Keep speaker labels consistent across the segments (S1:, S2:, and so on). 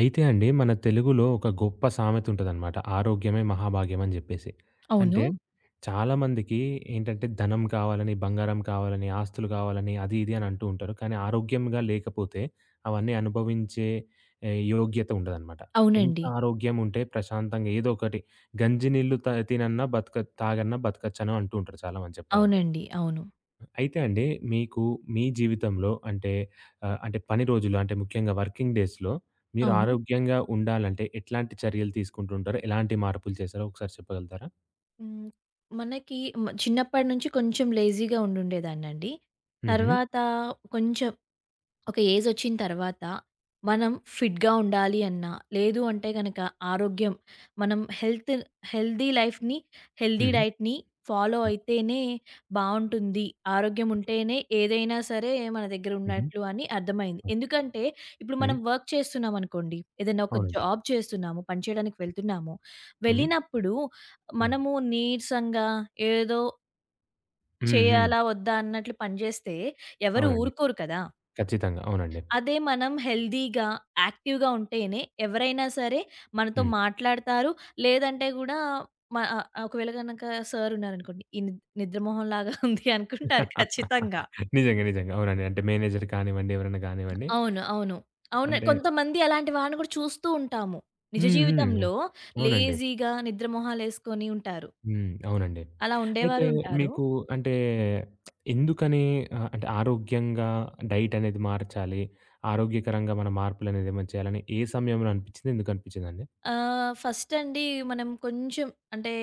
S1: అయితే అండి మన తెలుగులో ఒక గొప్ప సామెత ఉంటదనమాట. ఆరోగ్యమే మహాభాగ్యం అని జెప్పేసి.
S2: అవును.
S1: అంటే చాలామందికి ఏంటంటే ధనం కావాలని, బంగారం కావాలని, ఆస్తులు కావాలని అది ఇది అని అంటూ ఉంటారు. కానీ ఆరోగ్యంగా లేకపోతే అవన్నీ అనుభవించే యోగ్యత ఉండదనమాట. ఎంత
S2: అవునండి.
S1: ఆరోగ్యం ఉంటే ప్రశాంతంగా ఏదో ఒకటి గంజి నీళ్లు తినన్నా తాగన్నా బతకచ్చను అంటూ ఉంటారు చాలామంది చెప్పాలంటే.
S2: అవునండి. అవును.
S1: అయితే అండి మీకు మీ జీవితంలో అంటే అంటే పని రోజులు అంటే ముఖ్యంగా వర్కింగ్ డేస్‌లో మీరు
S2: అవును.
S1: ఆరోగ్యంగా ఉండాలంటే ఎట్లాంటి చర్యలు తీసుకుంటుంటారు? ఎలాంటి మార్పులు చేశారో ఒకసారి చెప్పగలుగుతారా?
S2: హ్మ్. మనకి చిన్నప్పటి నుంచి కొంచెం లేజీగా ఉండుండేదాన్నండి.
S1: హుహు.
S2: తర్వాత కొంచెం ఒక ఏజొచ్చిన తర్వాత మనం ఫిట్‌గా ఉండాలి అన్నా, లేదు అంటే గనక ఆరోగ్యం మనం హెల్తీ లైఫ్‌ని, హెల్తీ
S1: హ్మ్.
S2: డైట్‌ని ఫాలో
S1: హ్మ్.
S2: అయితేనే బావుంటుంది. ఆరోగ్యం
S1: ఓకే.
S2: ఉంటేనే ఏదైనా సరే మన దగ్గర
S1: హుహు.
S2: ఉన్నట్లు అని అర్థమైంది.
S1: హ్మ్.
S2: ఎందుకంటే ఇప్పుడు
S1: హ్మ్.
S2: మనం వర్క్ చేస్తున్నామనుకోండి, ఏదైనా ఒక
S1: అవునండి.
S2: జాబ్ చేస్తున్నాము, పని చేయడానికి వెళ్తున్నాము.
S1: హ్మ్.
S2: వెళ్ళినప్పుడు
S1: హ్మ్.
S2: మనము నీరసంగా ఏదో
S1: హ్మ్. హ్మ్.
S2: చేయాలా? వద్దా? అన్నట్లు పని చేస్తే ఎవరు
S1: అవునండి.
S2: ఊరుకోరు కదా!
S1: ఖచ్చితంగా. అవునండి.
S2: అదే మనం హెల్తీగా, యాక్టివ్‌గా ఉంటేనే ఎవరైనా సరే మనతో
S1: హ్మ్.
S2: మాట్లాడతారు. లేదంటే గూడా ఒకవేళ గనక సార్ ఉన్నారనుకోండి. ఈ నిద్ర మొహంలాగా ఉంది అనుకుంటారు ఖచ్చితంగా.
S1: నిజంగా. నిజంగా. అవునండి. అంటే మేనేజర్ కానివ్వండి, ఎవరైనా కానివ్వండి
S2: అవును. అవును. అవును.
S1: అంటే
S2: కొంతమంది అలాంటి వాళ్ళని గూడా చూస్తూ ఉంటాము. నిజ
S1: హ్మ్. హ్మ్. అవును.
S2: జీవితంలో
S1: అవునండి.
S2: లేజీగా నిద్ర మొహాలేసుకొని ఉంటారు.
S1: హ్మ్. అవునండి.
S2: అలా
S1: అయితే
S2: ఉండేవారు ఉంటారు.
S1: మీకు అంటే ఎందుకని అంటే ఆరోగ్యంగా డైట్ అనేది మార్చాలి. ఆరోగ్యకరంగా మన మార్పులనేది ఏమైనా చేయాలని ఏ సమయంలో అనిపించింది? ఎందుకు అనిపించిందండి?
S2: ఫస్ట్ అండి, మనం కొంచెం అంటే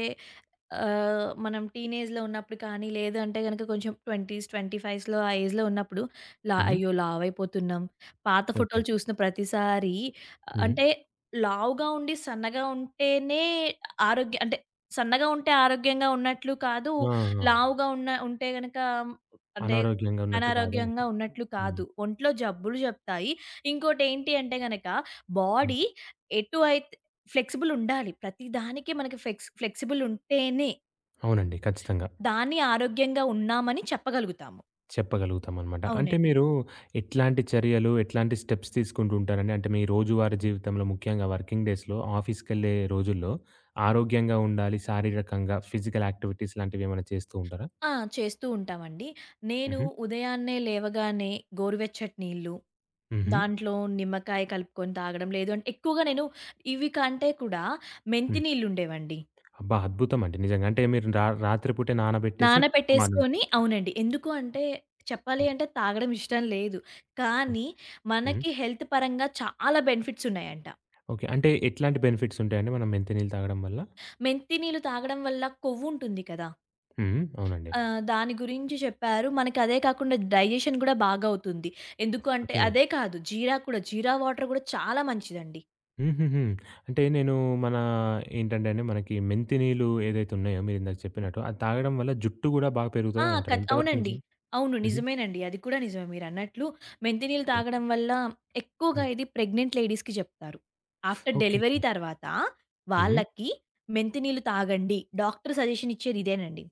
S2: మనం టీనేజ్‌లో ఉన్నప్పుడు కానీ, లేదంటే గనక కొంచెం 20స్, 25స్‌లో ఆ ఏజ్‌లో ఉన్నప్పుడు
S1: హుహు.
S2: అయ్యో! లావైపోతున్నాం. పాత
S1: ఓకే.
S2: ఫోటోలు చూసిన ప్రతిసారి ఆ,
S1: హుహు.
S2: అంటే లావుగా ఉండి సన్నగా ఉంటేనే ఆరోగ్య అంటే సన్నగా ఉంటే ఆరోగ్యంగా ఉన్నట్లు కాదు.
S1: ఆ! ఆ!
S2: లావుగా ఉన్న ఉంటే గనక అంటే
S1: అనారోగ్యంగా ఉన్నట్టు కాదనట.
S2: అనారోగ్యంగా ఉన్నట్లు
S1: హ్మ్.
S2: కాదు. ఒంట్లో జబ్బులు జెప్తాయి. ఇంకోటేంటి అంటే గనక
S1: హ్మ్.
S2: బాడీ ఎటు అయి ఫ్లెక్సిబుల్ ఉండాలి. ప్రతిదానికి మనకి ఫ్లెక్సిబుల్ ఉంటేనే,
S1: అవునండి. ఖచ్చితంగా.
S2: దాన్ని ఆరోగ్యంగా ఉన్నామని చెప్పగలుగుతాము.
S1: చెప్పగలుగుతామనమాట. అంటే
S2: అవునండి.
S1: మీరు ఎట్లాంటి చర్యలు, ఎట్లాంటి స్టెప్స్ తీసుకుంటూ ఉంటారండి? అంటే మీ రోజువారీ జీవితంలో ముఖ్యంగా వర్కింగ్ డేస్‌లో ఆఫీస్‌కెళ్ళే రోజుల్లో ఆరోగ్యంగా ఉండాలి, శారీరకంగా ఫిజికల్ యాక్టివిటీస్ లాంటివేమైనా చేస్తూ ఉంటారా?
S2: ఆ! చేస్తూ ఉంటామండి. నేను
S1: హుహు.
S2: ఉదయాన్నే లేవగానే గోరువెచ్చటి నీళ్ళు,
S1: హుహు.
S2: దాంట్లో నిమ్మకాయ కలుపుకొని తాగడం, లేదు అంటే ఎక్కువగా నేను ఇవి కంటే కూడా
S1: హ్మ్.
S2: మెంతి నీళ్ళుండేవండి.
S1: అబ్బా! అద్భుతమండి నిజంగా. అంటే మీరు రాత్రి పూటే నానబెట్టేసి మార్నింగ్
S2: నానబెట్టేసుకొని అవునండి. ఎందుకు అంటే చెప్పాలి
S1: హ్మ్.
S2: అంటే తాగడం ఇష్టం లేదు.
S1: హ్మ్.
S2: కానీ
S1: హ్మ్.
S2: మనకి హెల్త్ పరంగా చాలా బెనిఫిట్స్ ఉన్నాయంట.
S1: ఓకే. అంటే ఎట్లాంటి బెనిఫిట్స్ ఉంటాయండి మనం మెంతి నీళ్ళు తాగడం వల్ల?
S2: మెంతి నీళ్ళు తాగడం వల్ల కొవ్వుంటుంది కదా!
S1: హ్మ్. అవునండి.
S2: దాని గురించి చెప్పారు. మనకదే కాకుండా డైజెషన్ గూడా బాగవుతుంది. ఎందుకు అంటే
S1: ఓకే.
S2: అదే కాదు జీరా కూడా. జీరా వాటర్ గూడా చాలా మంచిదండి.
S1: హుహుహు. అంటే నేను మన ఏంటంటే అండి మనకి మెంతి నీళ్ళు ఏదైతే ఉన్నాయో మీరిందాక చెప్పినట్టు, అది తాగడం వల్ల జుట్టు గూడా బాగా
S2: ఆ!
S1: పెరుగుతదనంటారు.
S2: ఖచ్
S1: ఎంతవరకు
S2: అవునండి.
S1: నిజం?
S2: అవును.
S1: హుహు.
S2: నిజమేనండి. అది కూడా నిజమే మీరన్నట్లు. మెంతి నీళ్ళు
S1: ఓకే.
S2: తాగడం వల్ల ఎక్కువగా
S1: హ్మ్.
S2: ఇది ప్రెగ్నెంట్ లేడీస్‌కి చెప్తారు.
S1: ఓకే.
S2: After delivery
S1: okay.
S2: తర్వాత
S1: హ్మ్.
S2: వాళ్ళకి మెంతి నీళ్ళు తాగండి. డాక్టర్ సజెషన్ ఇచ్చేది ఇదేనండి.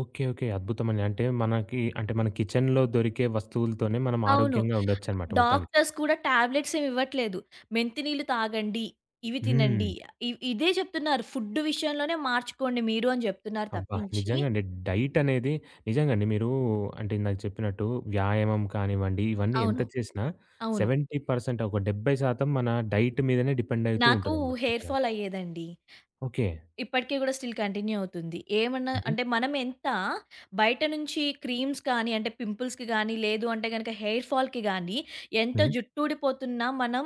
S1: ఓకే. ఓకే. అద్భుతమండి. అంటే మనకి అంటే మన కిచెన్‌లో దొరికే వస్తువులతోనే మనం
S2: అవును.
S1: ఆరోగ్యంగా ఉండొచ్చనమాట మొత్తానికి.
S2: డాక్టర్స్ కూడా టాబ్లెట్స్ ఏమి ఇవ్వట్లేదు. మెంతి నీళ్లు తాగండి, ఇవి
S1: హ్మ్.
S2: తినండి. ఇదే చెప్తున్నారు. ఫుడ్ విషయంలోనే మార్చుకోండి మీరు అని చెప్తున్నారు
S1: అబ్బా!
S2: తప్పించి
S1: నిజంగా అండి. డైట్ అనేది నిజంగా అండి మీరు అంటే ఇందాక చెప్పినట్టు వ్యాయామం కానివ్వండి, ఇవన్నీ ఎంత
S2: అవును.
S1: చేసినా
S2: అవును.
S1: 70% మన డైట్ మీదనే డిపెండ్ అయితూ
S2: నాకు
S1: ఉంటదనమాట
S2: హెయిర్
S1: చెప్పాలంటే.
S2: ఫాల్ అయ్యేదండి.
S1: ఓకే.
S2: ఇప్పటికి గూడా స్టిల్ కంటిన్యూ అవుతుంది. ఏమన్నా
S1: హుహు.
S2: అంటే మనం ఎంత బయట నుంచి క్రీమ్స్ కానీ, అంటే పింపుల్స్‌కి గానీ, లేదు అంటే గనక హెయిర్ ఫాల్‌కి గానీ, ఎంత
S1: హ్మ్.
S2: జుట్టు ఊడిపోతున్నా మనం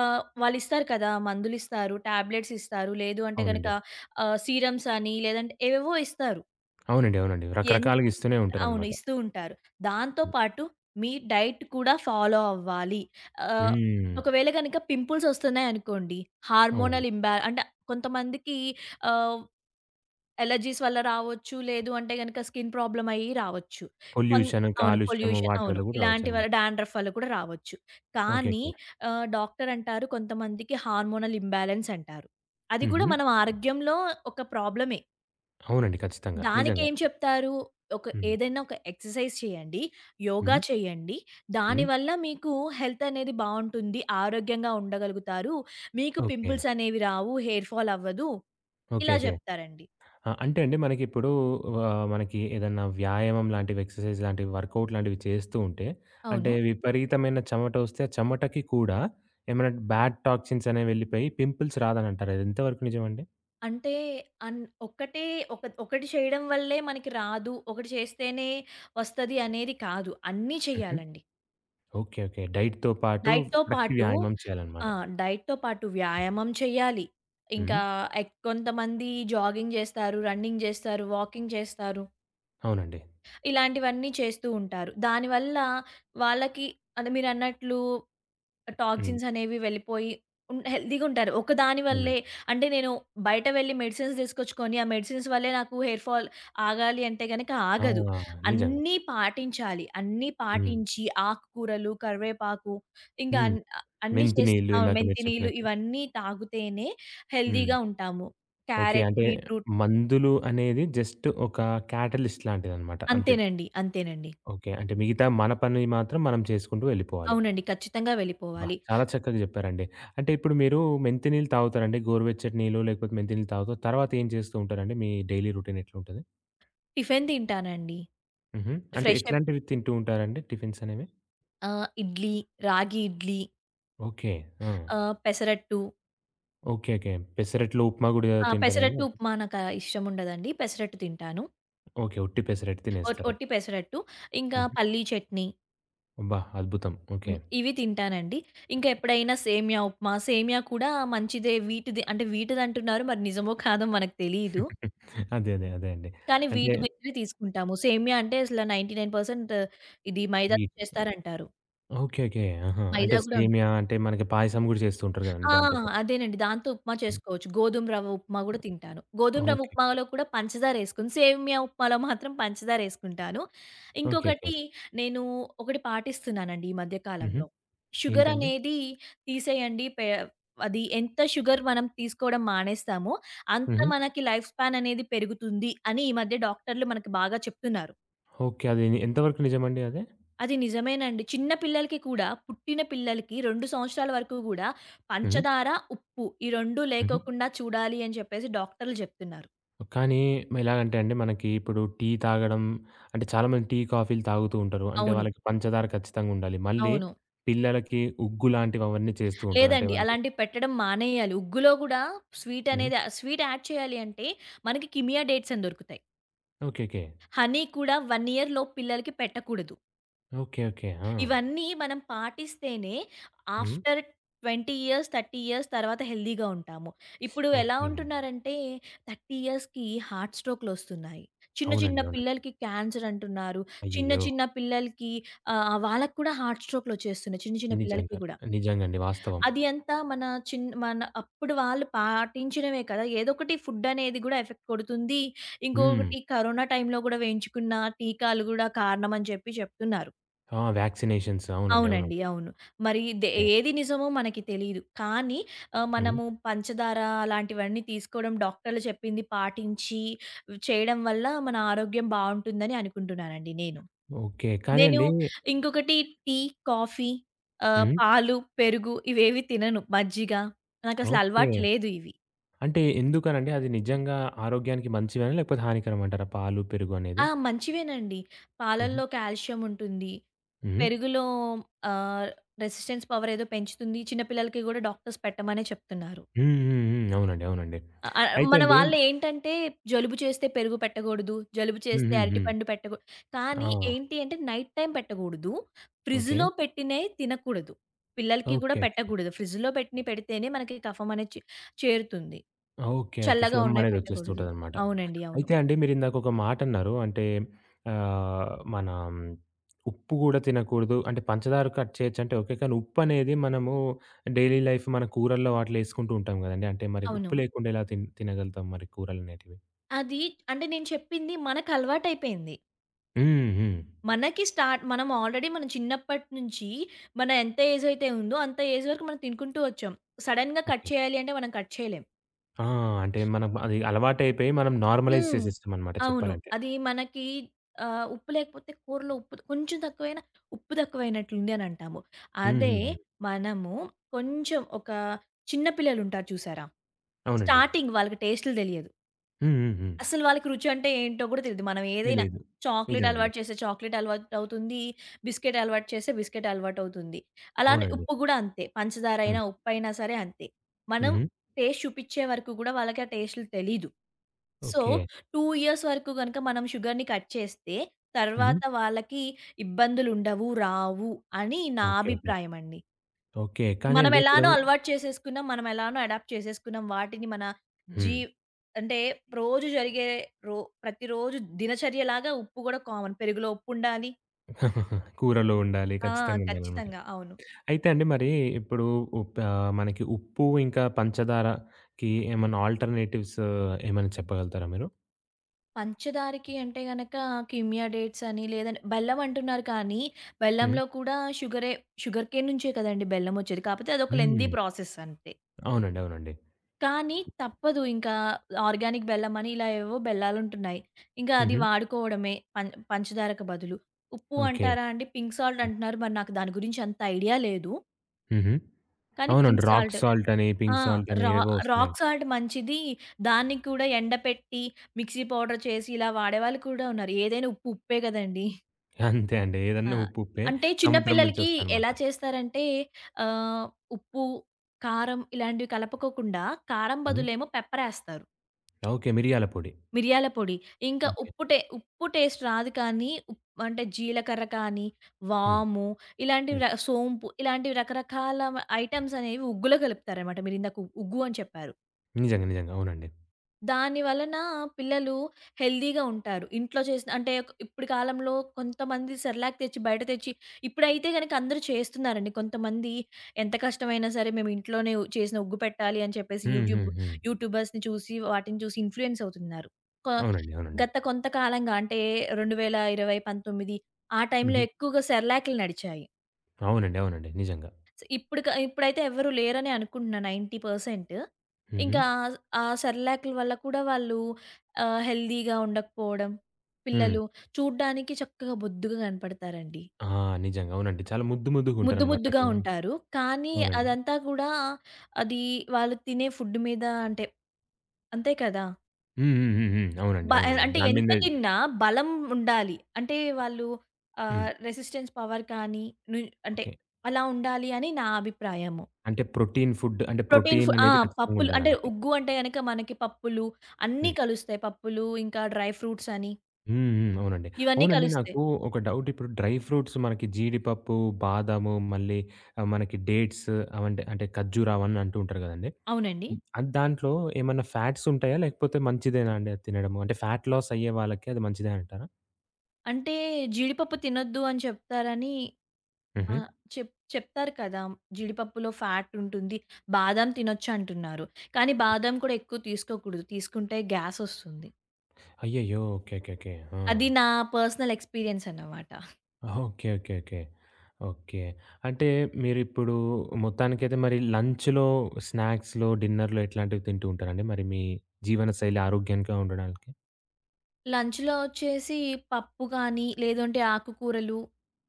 S2: వాళ్ళిస్తారు కదా! మందులిస్తారు, టాబ్లెట్స్ ఇస్తారు. లేదు అంటే గనక
S1: అవునండి.
S2: సీరమ్స్ అని లేదంటే ఏవేవో ఇస్తారు.
S1: అవునండి. అవునండి.
S2: ఎన్
S1: రకరకాలుగా ఇస్తూనే
S2: అవును.
S1: ఉంటారనమాట.
S2: ఇస్తూ ఉంటారు. దాంతో
S1: హ్మ్.
S2: పాటు మీ డైట్ కూడా ఫాలో అవ్వాలి. ఆహ్,
S1: హ్మ్.
S2: ఒకవేళ గనక పింపుల్స్ ఒస్తున్నాయనుకోండి,
S1: అవునండి.
S2: హార్మోనల్ ఇంబా అంటే కొంతమందికి ఆహ్ అలెర్జీస్ వల్ల రావచ్చు. లేదు అంటే గనక స్కిన్ ప్రాబ్లమ్ అయ్యి రావచ్చు. కొన్
S1: పొల్యూషన్,
S2: అవును.
S1: కాలుష్యము
S2: పొల్యూషన్
S1: వాటి వల్ల
S2: అవును.
S1: గూడా
S2: ఇలాంటి వల్ల
S1: రావచ్చనమాట.
S2: డాండ్రఫ్ వల్ల కూడా రావచ్చు.
S1: ఓకే.
S2: కానీ
S1: ఓకే.
S2: డాక్టర్ అంటారు కొంతమందికి హార్మోనల్ ఇంబాలెన్స్ అంటారు. అది కూడా
S1: హుహు.
S2: మనం ఆరోగ్యంలో ఒక ప్రాబ్లమే.
S1: అవునండి. ఖచ్చితంగా. నిజంగా.
S2: దానికేం చెప్తారు?
S1: హ్మ్.
S2: ఒక ఎక్సర్‌సైజ్ చేయండి. యోగా
S1: హ్మ్.
S2: చేయండి.
S1: హ్మ్.
S2: దానివల్ల మీకు హెల్త్ అనేది బావుంటుంది. ఆరోగ్యంగా ఉండగలుగుతారు. మీకు
S1: ఓకే.
S2: పింపుల్స్ అనేవి రావు. హెయిర్ ఫాల్ అవ్వదు.
S1: ఓకే.
S2: ఇలా
S1: ఓకే.
S2: జెప్తారండి.
S1: ఆ! అంటే అండి మనకిప్పుడు మనకి ఏదన్నా వ్యాయామం లాంటివి, ఎక్సర్సైజ్ లాంటివి, వర్కౌట్ లాంటివి చేస్తూ ఉంటే అంటే
S2: అవును.
S1: విపరీతమైన చెమట వస్తే ఆ చెమటకి కూడా ఏమైనా బ్యాడ్ టాక్సిన్స్ అనేవి వెళ్ళిపోయి పింపుల్స్ రాదనంటారు. అది ఎంతవరకు నిజమండి?
S2: అంటే అన్ ఒక్కటే ఒకటి చేయడం వల్లే మనకి రాదు. ఒకటి చేస్తేనే వస్తది అనేది కాదు. అన్నీ
S1: హుహు.
S2: చేయాలండి.
S1: ఓకే. ఓకే. డైట్‌తో పాటు
S2: డైట్‌తో
S1: కరెక్ట్
S2: పాటు
S1: వ్యాయామం చేయాలనమాట.
S2: ఆ! డైట్‌తో పాటు వ్యాయామం చేయాలి.
S1: హ్మ్.
S2: ఇంకా కొంతమంది జాగింగ్ చేస్తారు, రన్నింగ్ చేస్తారు, వాకింగ్ చేస్తారు.
S1: అవునండి.
S2: ఇలాంటివన్నీ చేస్తూ ఉంటారు. దానివల్ల వాళ్ళకి అదే మీరన్నట్లు
S1: హ్మ్.
S2: టాక్సిన్స్ అనేవి వెళ్ళిపోయి హెల్తీగా ఉంటారు. ఒకదాని వల్లే
S1: అవునండి.
S2: అంటే నేను బయట వెళ్లి మెడిసిన్స్ తీసుకొచ్చుకొని, ఆ మెడిసిన్స్ వల్లే నాకు హెయిర్ ఫాల్ ఆగాలి అంటే గనక
S1: ఆ!
S2: ఆగదు.
S1: నిజంగా.
S2: అన్నీ పాటించాలి. అన్నీ
S1: హ్మ్.
S2: పాటించి ఆకుకూరలు, కరివేపాకు ఇంకా
S1: హ్మ్.
S2: అన్ అన్నీ
S1: మెంతి
S2: చేస్
S1: నీళ్ళు
S2: ఆ!
S1: ఇందాక మీరు
S2: మెంతి నీళ్ళు
S1: చెప్పినట్టు.
S2: ఇవన్నీ తాగుతేనే
S1: హ్మ్.
S2: హెల్తీగా ఉంటాము.
S1: ఓకే.
S2: క్యారెట్,
S1: అంటే
S2: బీట్రూట్.
S1: మందులు అనేది జస్ట్ ఒక క్యాటలిస్ట్ లాంటిదనమాట అంతే.
S2: అంతేనండి. అంతేనండి.
S1: ఓకే. అంటే మిగతా మన పని మాత్రం మనం చేసుకుంటూ వెళ్ళిపోవాలి.
S2: అవునండి. ఖచ్చితంగా
S1: అబ్బా!
S2: వెళ్ళిపోవాలి.
S1: చాలా చక్కగా చెప్పారండి. అంటే ఇప్పుడు మీరు మెంతి నీళ్ళు తాగుతారండి. గోరువెచ్చటి నీళ్ళు లేకపోతే మెంతి నీళ్ళు తాగుతారు. తర్వాత ఏం చేస్తూ ఉంటారండి? మీ డైలీ రొటీన్ ఎట్లుంటది?
S2: టిఫిన్ తింటానండి.
S1: హుహు. అంటే
S2: ఫ్రెష్ అప్
S1: ఎట్లాంటివి తింటూ ఉంటారండి టిఫిన్స్ అనేవి?
S2: ఇడ్లీ, రాగి ఇడ్లీ,
S1: ఓకే. ఆ!
S2: పెసరట్టు.
S1: ఓకే. ఓకే. పెసరట్లో ఉప్మా గూడా
S2: ఆ!
S1: తింటారా అండి?
S2: పెసరట్టు ఉప్మా నాకా ఇష్టముండదండి. పెసరట్టు తింటాను.
S1: ఓకే. ఉట్టి పెసరట్టు తినేస్తారు.
S2: ఒట్టి పెసరట్టు. ఇంకా
S1: హుహు.
S2: పల్లీ చట్నీ.
S1: అబ్బా! అద్భుతం. ఓకే.
S2: హ్మ్. ఇవి తింటానండి. ఇంకా ఎప్పుడైనా సేమ్యా ఉప్మా. సేమ్యా కూడా మంచిదే. వీటిది అంటే వీటిదంటున్నారు మరి నిజమో కాదో మనకు తెలీదు.
S1: అదే. అదే. అదే అండి.
S2: కానీ
S1: అంటే
S2: వీటి బేస్‌వి తీసుకుంటాము. సేమ్యా అంటే అసల 99% ఇది మైదాతో
S1: వీట్
S2: చేస్తారంటారు.
S1: ఓకే. ఓకే. ఆహా! అంటే
S2: మైదా గూడా ఉం
S1: సేమియా అంటే మనకి పాయసం గూడా చేస్తూ ఉంటారు గదండీ
S2: ఆ!
S1: దాంతో పాటు.
S2: అదేనండి. దాంతో ఉప్మా
S1: హ్మ్.
S2: చేసుకోవచ్చు. గోధుమ రవ్వ ఉప్మా గూడా తింటాను. గోధుమ రవ్వ
S1: ఓకే.
S2: ఉప్మాలో కూడా పంచదారేసుకోను. సేమియా ఉప్మాలో మాత్రం పంచదారేసుకుంటాను.
S1: ఓకే.
S2: ఇంకొకటి
S1: ఓకే.
S2: నేను ఒకటి పాటిస్తున్నానండి ఈ మధ్య
S1: హుహు.
S2: కాలంలో. షుగర్
S1: ఏంటండి?
S2: అనేది తీసేయండి. అది ఎంత షుగర్ మనం తీసుకోవడం మానేస్తామో, అంత
S1: హుహు.
S2: మనకి లైఫ్ స్పాన్ అనేది పెరుగుతుంది అని ఈ మధ్య డాక్టర్లు మనకి బాగా చెప్తున్నారు.
S1: ఓకే. అది ఎంత వరకు నిజమండి అదే?
S2: అది నిజమేనండి. చిన్న పిల్లలకి కూడా, పుట్టిన పిల్లలకి 2 సంవత్సరాల వరకు గూడా
S1: హుహు.
S2: పంచదార, ఉప్పు ఈ 2
S1: హుహు.
S2: లేకోకుండా చూడాలి అని చెప్పేసి డాక్టర్లు జెప్తున్నారు.
S1: కానీ ఎలాగంటే అండి మనకి ఇప్పుడు టీ తాగడం అంటే చాలామంది టీ, కాఫీలు తాగుతూ ఉంటారు. అంటే
S2: అవును.
S1: వాళ్ళకి పంచదార ఖచ్చితంగా ఉండాలి. మళ్ళీ
S2: అవును.
S1: పిల్లలకి ఉగ్గు లాంటివి అవన్నీ చేస్తూ ఉంటారు. అంటే
S2: లేదండి.
S1: వాళ్ళకి
S2: అలాంటివి పెట్టడం మానేయాలి. ఉగ్గులో గూడా
S1: హ్మ్.
S2: స్వీట్ యాడ్ చేయాలి అంటే మనకి కిమియా డేట్స్ అని దొరుకుతాయి.
S1: ఓకే. ఓకే.
S2: హనీ కూడా 1 ఇయర్ లోపు పిల్లలకి పెట్టకూడదు.
S1: ఓకే. ఓకే. ఆ!
S2: ఇవన్నీ మనం పాటిస్తేనే
S1: హ్మ్.
S2: ఆఫ్టర్ 20 ఇయర్స్, 30 ఇయర్స్ తర్వాత హెల్తీగా ఉంటాము. ఇప్పుడు ఎలా
S1: ఓకే.
S2: ఉంటున్నారంటే 30 ఇయర్స్‌కి హార్ట్ స్ట్రోక్‌లొస్తున్నాయి. చిన్న చిన్న
S1: అవునండి. అవునండి.
S2: పిల్లలకి క్యాన్సర్ అంటున్నారు. చిన్న
S1: అయ్యయ్యో!
S2: చిన్న పిల్లలకి వాళ్ళకి కూడా హార్ట్ స్ట్రోక్‌లొచ్చేస్తున్నాయి. చిన్న చిన్న
S1: నిజంగా.
S2: పిల్లలకి గూడా.
S1: నిజంగండి. వాస్తవం.
S2: అది అంతా మన మన అప్పుడు వాళ్ళు పాటించడమే కదా! ఏదోకటి ఫుడ్ అనేది గూడా ఎఫెక్ట్ కొడుతుంది.
S1: హ్మ్.
S2: ఇంకొకటి కరోనా టైమ్‌లో గూడా వేయించుకున్న టీకాలు గూడా కారణం అని చెప్తున్నారు.
S1: ఆ! వ్యాక్సినేషన్స్ అవునండి.
S2: అవునండి.
S1: అవునండి.
S2: అవును. మరి
S1: ఓకే.
S2: ఏది నిజమో మనకి తెలీదు. కానీ
S1: హ్మ్.
S2: మనము పంచదార అలాంటివన్నీ తీసుకోవడం, డాక్టర్లు చెప్పింది పాటించి చేయడం వల్ల మన ఆరోగ్యం బావుంటుందని అనుకుంటున్నానండి నేను.
S1: ఓకే. కానీ
S2: నేను
S1: అండి
S2: ఇంకొకటి టీ, కాఫీ,
S1: హ్మ్.
S2: పాలు, పెరుగు ఇవేవి తినను. మజ్జిగ నాకసలు
S1: ఓకే.
S2: అలవాటు లేదు ఇవి.
S1: అంటే ఎందుకనండి అది నిజంగా ఆరోగ్యానికి మంచివేనా? లేకపోతే హానికరమంటారా పాలు, పెరుగు అనేది?
S2: ఆ! మంచివేనండి.
S1: హుహు.
S2: పాలల్లో కాల్షియం ఉంటుంది.
S1: హ్మ్.
S2: పెరుగులో ఆహ్, రెసిస్టెన్స్ పవర్ ఏదో పెంచుతుంది. చిన్న పిల్లలకి గూడా డాక్టర్స్ పెట్టమనే చెప్తున్నారు.
S1: హ్మ్. హ్మ్. హ్మ్. అవునండి. అవునండి. అయితే
S2: మన
S1: అండి
S2: వాళ్ళేంటంటే జలుబు చేస్తే పెరుగు పెట్టగూడదు. జలుబు
S1: హ్మ్.
S2: చేస్తే
S1: హ్మ్. హ్మ్.
S2: అరటిపండు పెట్టగూ
S1: ఆ!
S2: కానీ ఏంటి అంటే నైట్ టైమ్ పెట్టగూడదు.
S1: ఓకే.
S2: ఫ్రిడ్జ్‌లో పెట్టినయి తినకూడదు. పిల్లలకి గూడా
S1: ఓకే.
S2: పెట్టగూడదు. ఫ్రిడ్జ్‌లో పెట్టినయి పెడితేనే మనకి కఫం అనేది చేరుతుంది.
S1: ఓకే. ఓకే.
S2: చల్లగా
S1: ఫ్లమ్
S2: ఉన్నాయి
S1: అనేదొచ్చేస్తూ
S2: పెట్టగూడదు.
S1: ఉంటదనమాట.
S2: అవునండి. అవును.
S1: అయితే అండి మీరిందాక ఒక మాటన్నారు. అంటే మన ఉప్పు గూడా తినకూడదు. అంటే పంచదార కట్ చేయొచ్చంటే ఓకే. కానీ ఉప్పనేది మనము డైలీ లైఫ్ మన కూరల్లో వాటిలో యేసుకుంటూ ఉంటాం గదండీ. అంటే మరి
S2: అవును.
S1: ఉప్పు లేకుండా ఎలా తినగలుగుతాం మరి కూరలనేటివి?
S2: అది అంటే నేను చెప్పింది మనకలవాటయిపోయింది.
S1: హ్మ్. హ్మ్.
S2: మనకి స్టార్ట్ మనం ఆల్రెడీ మనం చిన్నప్పటి నుంచి మన ఎంత ఏజ్ అయితే ఉందో అంత ఏజ్ వరకు మనం తినుకుంటూ వచ్చాం. సడెన్‌గా కట్
S1: ఓకే.
S2: చేయాలి అంటే మనం కట్ చేయలేం.
S1: ఆ! అంటే మనం అది అలవాటయిపోయి మనం నార్మలైజ్
S2: హ్మ్.
S1: చేసేస్తామనమాట
S2: అవును.
S1: చెప్పాలంటే.
S2: అది మనకి ఉప్పు లేకపోతే కూరలో ఉప్పు కొంచెం తక్కువైనా ఉప్పు తక్కువైనట్లుంది అని అంటాము.
S1: హ్మ్.
S2: అదే
S1: హ్మ్. హ్మ్.
S2: మనము కొంచెం ఒక చిన్న పిల్లలుంటారు చూసారా?
S1: అవునండి.
S2: స్టార్టింగ్ వాళ్ళకి టేస్ట్‌లు తెలియదు.
S1: హ్మ్. హ్మ్. హ్మ్.
S2: అసలు వాళ్ళకి రుచి అంటే ఏంటో కూడా తెలీదు. మనం ఏదైనా
S1: తెలీదు.
S2: చాక్లేట్
S1: నిజంగండి.
S2: అలవాటు చేస్తే చాక్లేట్ అలవాటవుతుంది. బిస్కెట్ అలవాటు చేస్తే బిస్కెట్ అలవాటవుతుంది. అలానే
S1: అవునండి.
S2: ఉప్పు కూడా అంతే.
S1: హ్మ్.
S2: పంచదారైనా, ఉప్పయినా సరే అంతే. మనం
S1: హుహు.
S2: టేస్ట్ చూపిచ్చే వరకు కూడా వాళ్ళకి ఆ టేస్ట్‌లు తెలీదు. So,
S1: okay.
S2: 2 ఇయర్స్ వరకు గనక మనం షుగర్‌ని కట్ చేస్తే,
S1: హ్మ్.
S2: తర్వాత వాళ్ళకి ఇబ్బందులుండవు, రావు అని నా
S1: ఓకే. ఓకే.
S2: అభిప్రాయమండి.
S1: ఓకే. కానీ
S2: మనం
S1: అండి ఇప్పుడు
S2: ఎలానో అలవాటు చేసేసుకున్నాం, మనం ఎలానో అడాప్ట్ చేసేసుకున్నాం. వాటిని మన జీ
S1: హ్మ్.
S2: అంటే రోజు జరిగే రో ప్రతిరోజు దినచర్యలాగా ఉప్పు గూడా కామన్. పెరుగులో ఉప్పుండాలి.
S1: కూరలో ఉండాలి.
S2: ఆ!
S1: ఖచ్చితంగా ఉండాలనమాట.
S2: ఖచ్చితంగా. అవును.
S1: అయితే అండి మరి ఇప్పుడు మనకి ఉప్పు ఇంకా పంచదారకి ఏమన్నా ఆల్టర్‌నేటివ్స్ ఏమైనా చెప్పగలుగుతారా మీరు?
S2: పంచదారకి అంటే గనక కిమియా డేట్స్ అని లేదంటే బెల్లం అంటున్నారు కానీ,
S1: హ్మ్.
S2: బెల్లంలో కూడా షుగరే. షుగర్ కేన్ నుంచే కదండీ బెల్లం వచ్చేది. కాపోతే అదొక లెంథీ
S1: హ్మ్.
S2: ప్రాసెస్ అంతే.
S1: అవునండి. అవునండి.
S2: కానీ తప్పదు ఇంకా ఆర్గానిక్ బెల్లం అని ఇలా ఏవేవో బెల్లాలుంటున్నాయి. ఇంకా అది
S1: హుహు.
S2: వాడుకోవడమే పంచదారకు బదులు. ఉప్పు
S1: ఓకే.
S2: అంటారా అండి? పింక్ సాల్ట్
S1: హ్మ్.
S2: అంటున్నారు. మరి నాకు దాని గురించి అంత ఐడియా లేదు.
S1: హుహు.
S2: కానీ
S1: అవునండి.
S2: పింక్
S1: రాక్
S2: సాల్ట్
S1: సాల్ట్ అని,
S2: ఆ!
S1: పింక్ సాల్ట్ అని
S2: రా
S1: ఏవేవో
S2: రాక్
S1: వస్తున్నాయండి.
S2: సాల్ట్ మంచిది. దాన్ని కూడా ఎండపెట్టి, మిక్సీ పౌడర్ చేసి ఇలా వాడేవాళ్ళు కూడా ఉన్నారు. ఏదైనా ఉప్పు ఉప్పే గదండీ!
S1: అంతే అండి.
S2: ఆ!
S1: ఏదన్నా ఉప్పు ఉప్పే.
S2: అంటే చిన్న
S1: సముద్రం నుంచి
S2: పిల్లలకి
S1: వస్తాయనమాట.
S2: ఎలా చేస్తారంటే ఆహ్, ఉప్పు, కారం ఇలాంటివి కలపకోకుండా కారం
S1: హ్మ్.
S2: బదులేమో పెప్పరేస్తారు.
S1: ఓకే. మిరియాల పొడి.
S2: మిరియాల పొడి. ఇంకా
S1: ఓకే.
S2: ఉప్పు టేస్ట్ రాదు కానీ, ఉప్ అంటే జీలకర్ర కానీ,
S1: హ్మ్.
S2: వాము ఇలాంటివి
S1: హ్మ్.
S2: సోంపు ఇలాంటివి రకరకాల ఐటెమ్స్ అనేవి ఉగ్గులో కలుపుతారనమాట. మీరిందాక ఉగ్గు అని చెప్పారు.
S1: నిజంగా. నిజంగా. అవునండి.
S2: దాని వలన పిల్లలు హెల్తీగా ఉంటారు. ఇంట్లో చేసిన అంటే ఒక- ఇప్పుడు కాలంలో కొంతమంది సెర్లాక్ తెచ్చి, బయట తెచ్చి ఇప్పుడైతే గనక అందరూ చేస్తున్నారండి. కొంతమంది ఎంత కష్టమైనా సరే మేము ఇంట్లోనే చేసిన ఉగ్గు పెట్టాలి అని చెప్పేసి
S1: హ్మ్. హ్మ్. హ్మ్.
S2: యూట్యూబర్స్‌ని చూసి, వాటిని చూసి ఇన్‌ఫ్లూయెన్స్ అవుతున్నారు. క
S1: అవునండి. అవునండి.
S2: గత కొంతకాలంగా అంటే 2020, 19 ఆ టైంలో
S1: హుహు.
S2: ఎక్కువగా సెర్లాక్‌లు నడిచాయి.
S1: అవునండి. అవునండి. నిజంగా.
S2: ఇప్పుడు క ఇప్పుడైతే ఎవ్వరు లేరనే అనుకుంటున్నా 90%.
S1: హుహు.
S2: ఇంకా ఆ సెర్లాక్‌ల వల్ల కూడా వాళ్ళు హెల్తీగా ఉండకపోవడం,
S1: హ్మ్.
S2: పిల్లలు చూడ్డానికి చక్కగా బొద్దుగా కనపడతారండి.
S1: ఆ! నిజంగా. అవునండి. చాలా ముద్దు ముద్దుగా
S2: ముద్దు
S1: ఉంటారనమాట
S2: ముద్దుగా
S1: అట్లా.
S2: ఉంటారు. కానీ
S1: అవునండి.
S2: అదంతా కూడా అది వాళ్ళు తినే ఫుడ్ మీద అంటే అంతే కదా!
S1: హ్మ్. హ్మ్. హ్మ్. హ్మ్. అవునండి.
S2: బ
S1: అవునండి.
S2: అంటే
S1: దాని
S2: ఎంత
S1: మీదే
S2: తిన్నా బలం ఉండాలి. అంటే వాళ్ళు
S1: హ్మ్.
S2: రెసిస్టెన్స్ పవర్ కానీ ను అంటే
S1: ఓకే.
S2: అలా ఉండాలి అని నా అభిప్రాయము.
S1: అంటే ప్రోటీన్ ఫుడ్ అంటే
S2: ప్రోటీన్
S1: ప్రోటీన్
S2: ఫు ఆ!
S1: అనేది ఖచ్చితంగా
S2: పప్పులు అంటే
S1: ఉండాలనమాట.
S2: ఉగ్గు అంటే గనక మనకి పప్పులు అన్నీ
S1: హ్మ్.
S2: కలుస్తాయి. పప్పులు ఇంకా డ్రై ఫ్రూట్స్ అని
S1: హ్మ్. హ్మ్. అవునండి.
S2: ఇవన్నీ
S1: అవునండి.
S2: కలుస్తాయి.
S1: నాకు ఒక డౌట్ ఇప్పుడు డ్రై ఫ్రూట్స్ మనకి జీడిపప్పు, బాదాము, మళ్ళీ మనకి డేట్స్ అవంటే అంటే ఖర్జూర అవన్నీ అంటూ ఉంటారు గదండీ!
S2: అవునండి.
S1: హ్మ్. అది దాంట్లో ఏమన్నా ఫ్యాట్స్ ఉంటాయా? లేకపోతే మంచిదేనా అండి అది తినడము? అంటే ఫ్యాట్ లాస్ అయ్యే వాళ్ళకి అది మంచిదే అంటారా?
S2: అంటే జీడిపప్పు తినొద్దు అని చెప్తారని ఆ!
S1: హుహు.
S2: చెప్తారు కదా! జీడిపప్పులో ఫ్యాట్ ఉంటుంది. బాదాం తినొచ్చు అంటున్నారు. కానీ బాదాం కూడా ఎక్కువ తీసుకోకూడదు. తీసుకుంటే గ్యాసొస్తుంది.
S1: అయ్యయ్యో! ఓకే. ఓకే. ఓకే. ఆ!
S2: అది నా పర్సనల్ ఎక్స్‌పీరియన్స్ అన్నమాట.
S1: ఓకే. ఓకే. ఓకే. ఓకే. అంటే మీరిప్పుడు మొత్తానికైతే మరి లంచ్‌లో, స్నాక్స్‌లో, డిన్నర్‌లో ఎట్లాంటివి తింటూ ఉంటారండి? మరి మీ జీవనశైలి ఆరోగ్యంగా ఉండడానికి?
S2: లంచ్‌లో వచ్చేసి పప్పు గానీ, లేదంటే ఆకుకూరలు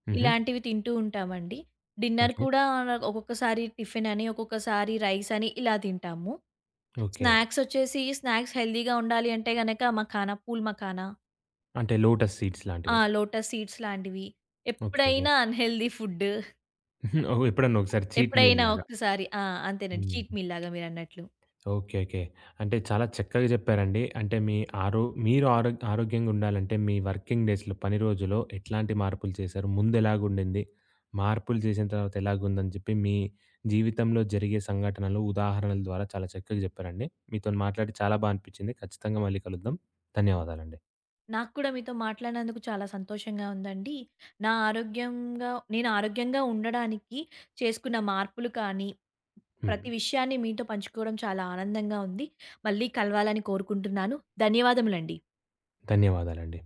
S1: హుహు.
S2: ఇలాంటివి తింటూ ఉంటామండి. Dinner
S1: okay.
S2: కూడా ఒక్కొక్కసారి టిఫిన్ అని, ఒక్కొక్కసారి రైస్ అని ఇలా తింటాము.
S1: ఓకే.
S2: స్నాక్స్ వచ్చేసి స్నాక్స్ హెల్తీగా ఉండాలి అంటే గనక మఖానా, పూల్ మఖానా,
S1: అంటే లోటస్ సీడ్స్
S2: ఆ!
S1: లాంటివి.
S2: లోటస్ సీడ్స్ లాంటివి.
S1: ఓకే. ఓకే.
S2: ఎప్పుడైనా అన్‌హెల్తీ ఫుడ్.
S1: ఓహ్! ఎప్పుడన్నా ఒకసారి చీట్ మీల్
S2: ఎప్పుడైనా
S1: లాగా.
S2: ఒక్కసారి ఆ! అంతేనండి.
S1: హ్మ్.
S2: చీట్ మీల్ లాగా మీరన్నట్లు.
S1: ఓకే. ఓకే. అంటే చాలా చక్కగా చెప్పారండి. అంటే మీ ఆరో మీరు ఆరో ఆరోగ్యంగా ఉండాలంటే మీ వర్కింగ్ డేస్‌లో పని రోజులో ఎట్లాంటి మార్పులు చేశారు? ముందెలాగుండింది? మార్పులు చేసిన తర్వాత ఎలాగుందని చెప్పి మీ జీవితంలో జరిగే సంఘటనలు, ఉదాహరణల ద్వారా చాలా చక్కగా చెప్పారండి. మీతోని మాట్లాడి చాలా బా అనిపించింది. ఖచ్చితంగా మళ్ళీ కలుద్దాం. ధన్యవాదాలండి.
S2: నాకు కూడా మీతో మాట్లాడినందుకు చాలా సంతోషంగా ఉందండి. నా ఆరోగ్యంగా నేను ఆరోగ్యంగా ఉండడానికి చేసుకున్న మార్పులు కానీ,
S1: హ్మ్.
S2: ప్రతి విషయాన్ని మీతో పంచుకోవడం చాలా ఆనందంగా ఉంది. మళ్ళీ కలవాలని కోరుకుంటున్నాను. ధన్యవాదములండి.
S1: ధన్యవాదాలండి.